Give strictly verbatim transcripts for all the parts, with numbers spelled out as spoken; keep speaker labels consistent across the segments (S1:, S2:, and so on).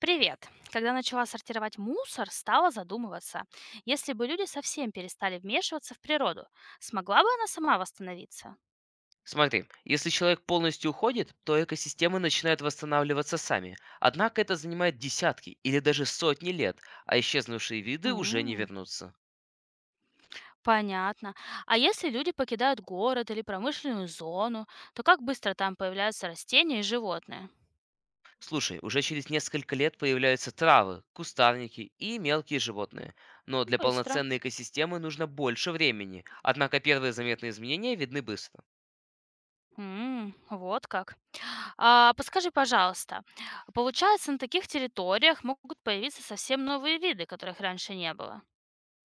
S1: Привет! Когда начала сортировать мусор, стала задумываться, если бы люди совсем перестали вмешиваться в природу, смогла бы она сама восстановиться?
S2: Смотри, если человек полностью уходит, то экосистемы начинают восстанавливаться сами. Однако это занимает десятки или даже сотни лет, а исчезнувшие виды уже не
S1: М,
S2: вернутся.
S1: понятно. А если люди покидают город или промышленную зону, то как быстро там появляются растения и животные?
S2: Слушай, уже через несколько лет появляются травы, кустарники и мелкие животные. Но для
S1: Быстро.
S2: полноценной экосистемы нужно больше времени, однако первые заметные изменения видны быстро.
S1: М, вот как. А, подскажи, пожалуйста, получается, на таких территориях могут появиться совсем новые виды, которых раньше не было?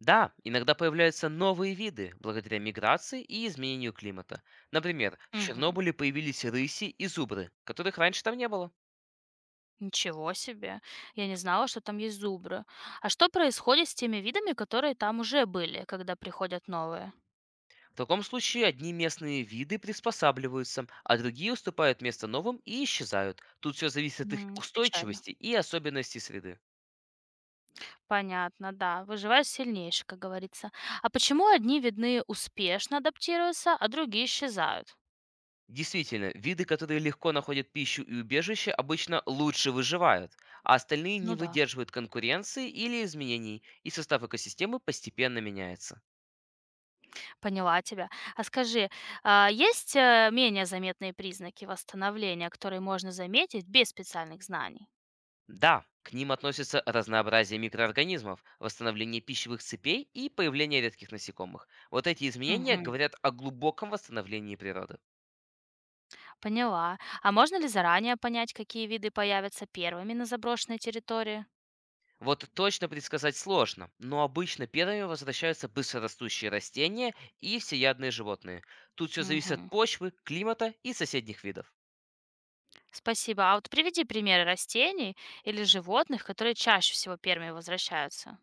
S2: Да, иногда появляются новые виды благодаря миграции и изменению климата. Например, в
S1: Мгм.
S2: Чернобыле появились рыси и зубры, которых раньше там не было.
S1: Ничего себе! Я не знала, что там есть зубры. А что происходит с теми видами, которые там уже были, когда приходят новые?
S2: В таком случае одни местные виды приспосабливаются, а другие уступают место новым и исчезают. Тут все зависит от их
S1: М, печально.
S2: устойчивости и особенностей среды.
S1: Понятно, да. Выживает сильнейший, как говорится. А почему одни видны успешно адаптируются, а другие исчезают?
S2: Действительно, виды, которые легко находят пищу и убежище, обычно лучше выживают, а остальные не
S1: Ну да,
S2: выдерживают конкуренции или изменений, и состав экосистемы постепенно меняется.
S1: поняла тебя. А скажи, а есть э, менее заметные признаки восстановления, которые можно заметить без специальных знаний?
S2: Да, к ним относятся разнообразие микроорганизмов, восстановление пищевых цепей и появление редких насекомых. Вот эти изменения
S1: Мгм.
S2: говорят о глубоком восстановлении природы.
S1: Поняла. А можно ли заранее понять, какие виды появятся первыми на заброшенной территории?
S2: Вот точно предсказать сложно, но обычно первыми возвращаются быстрорастущие растения и всеядные животные. Тут все зависит от
S1: Мгм.
S2: почвы, климата и соседних видов.
S1: Спасибо. А вот приведи примеры растений или животных, которые чаще всего первыми возвращаются.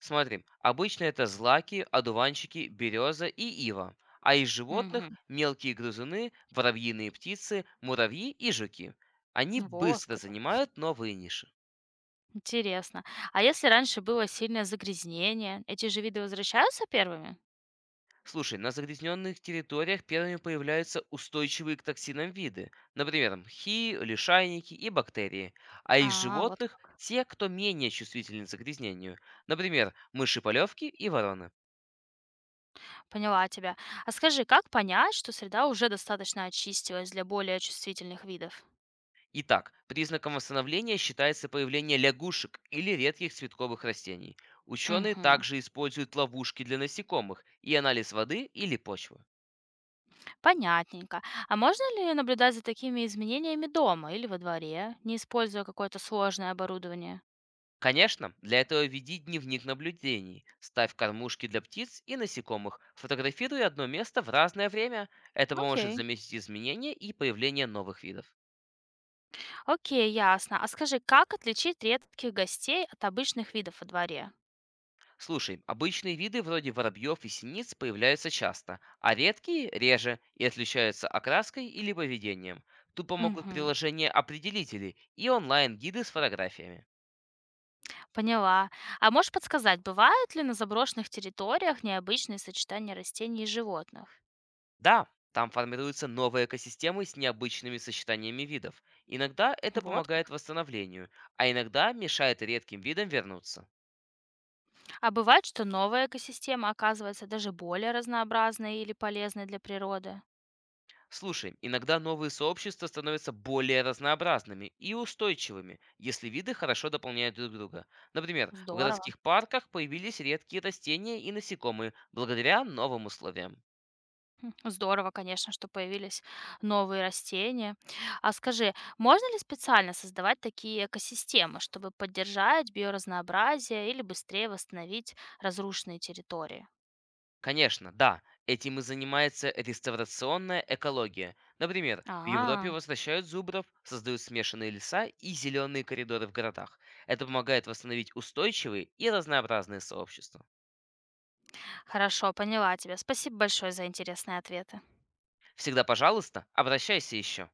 S2: Смотри, обычно это злаки, одуванчики, береза и ива. А из животных
S1: Мгм.
S2: мелкие грызуны, воробьиные птицы, муравьи и жуки. Они
S1: Вот
S2: быстро
S1: как.
S2: занимают новые ниши.
S1: Интересно. А если раньше было сильное загрязнение, эти же виды возвращаются первыми?
S2: Слушай, на загрязненных территориях первыми появляются устойчивые к токсинам виды, например, мхи, лишайники и бактерии, а из
S1: А, вот
S2: животных—
S1: как,
S2: те, кто менее чувствителен к загрязнению, например, мыши полевки и вороны.
S1: поняла тебя. А скажи, как понять, что среда уже достаточно очистилась для более чувствительных видов?
S2: Итак, признаком восстановления считается появление лягушек или редких цветковых растений. Ученые
S1: Мгм.
S2: также используют ловушки для насекомых и анализ воды или почвы.
S1: Понятненько. А можно ли наблюдать за такими изменениями дома или во дворе, не используя какое-то сложное оборудование?
S2: Конечно, для этого веди дневник наблюдений. Ставь кормушки для птиц и насекомых. Фотографируй одно место в разное время. Это поможет
S1: Окей.
S2: заметить изменения и появление новых видов.
S1: Окей, ясно. А скажи, как отличить редких гостей от обычных видов во дворе?
S2: Слушай, обычные виды вроде воробьев и синиц появляются часто, а редкие— реже и отличаются окраской или поведением. Тут помогут
S1: Мгм.
S2: приложения определителей и онлайн-гиды с фотографиями.
S1: Поняла. А можешь подсказать, бывают ли на заброшенных территориях необычные сочетания растений и животных?
S2: Да, там формируются новые экосистемы с необычными сочетаниями видов. Иногда это
S1: Вот
S2: помогает
S1: как.
S2: восстановлению, а иногда мешает редким видам вернуться.
S1: А бывает, что новая экосистема оказывается даже более разнообразной или полезной для природы?
S2: Слушай, иногда новые сообщества становятся более разнообразными и устойчивыми, если виды хорошо дополняют друг друга. Например, в
S1: Здорово.
S2: городских парках появились редкие растения и насекомые благодаря новым условиям.
S1: Хм, здорово, конечно, что появились новые растения. А скажи, можно ли специально создавать такие экосистемы, чтобы поддержать биоразнообразие или быстрее восстановить разрушенные территории?
S2: Конечно, да, этим и занимается реставрационная экология. Например, в Европе
S1: А,
S2: возвращают зубров, создают смешанные леса и зеленые коридоры в городах. Это помогает восстановить устойчивые и разнообразные сообщества.
S1: хорошо, поняла тебя. Спасибо большое за интересные ответы.
S2: Всегда, пожалуйста, обращайся еще.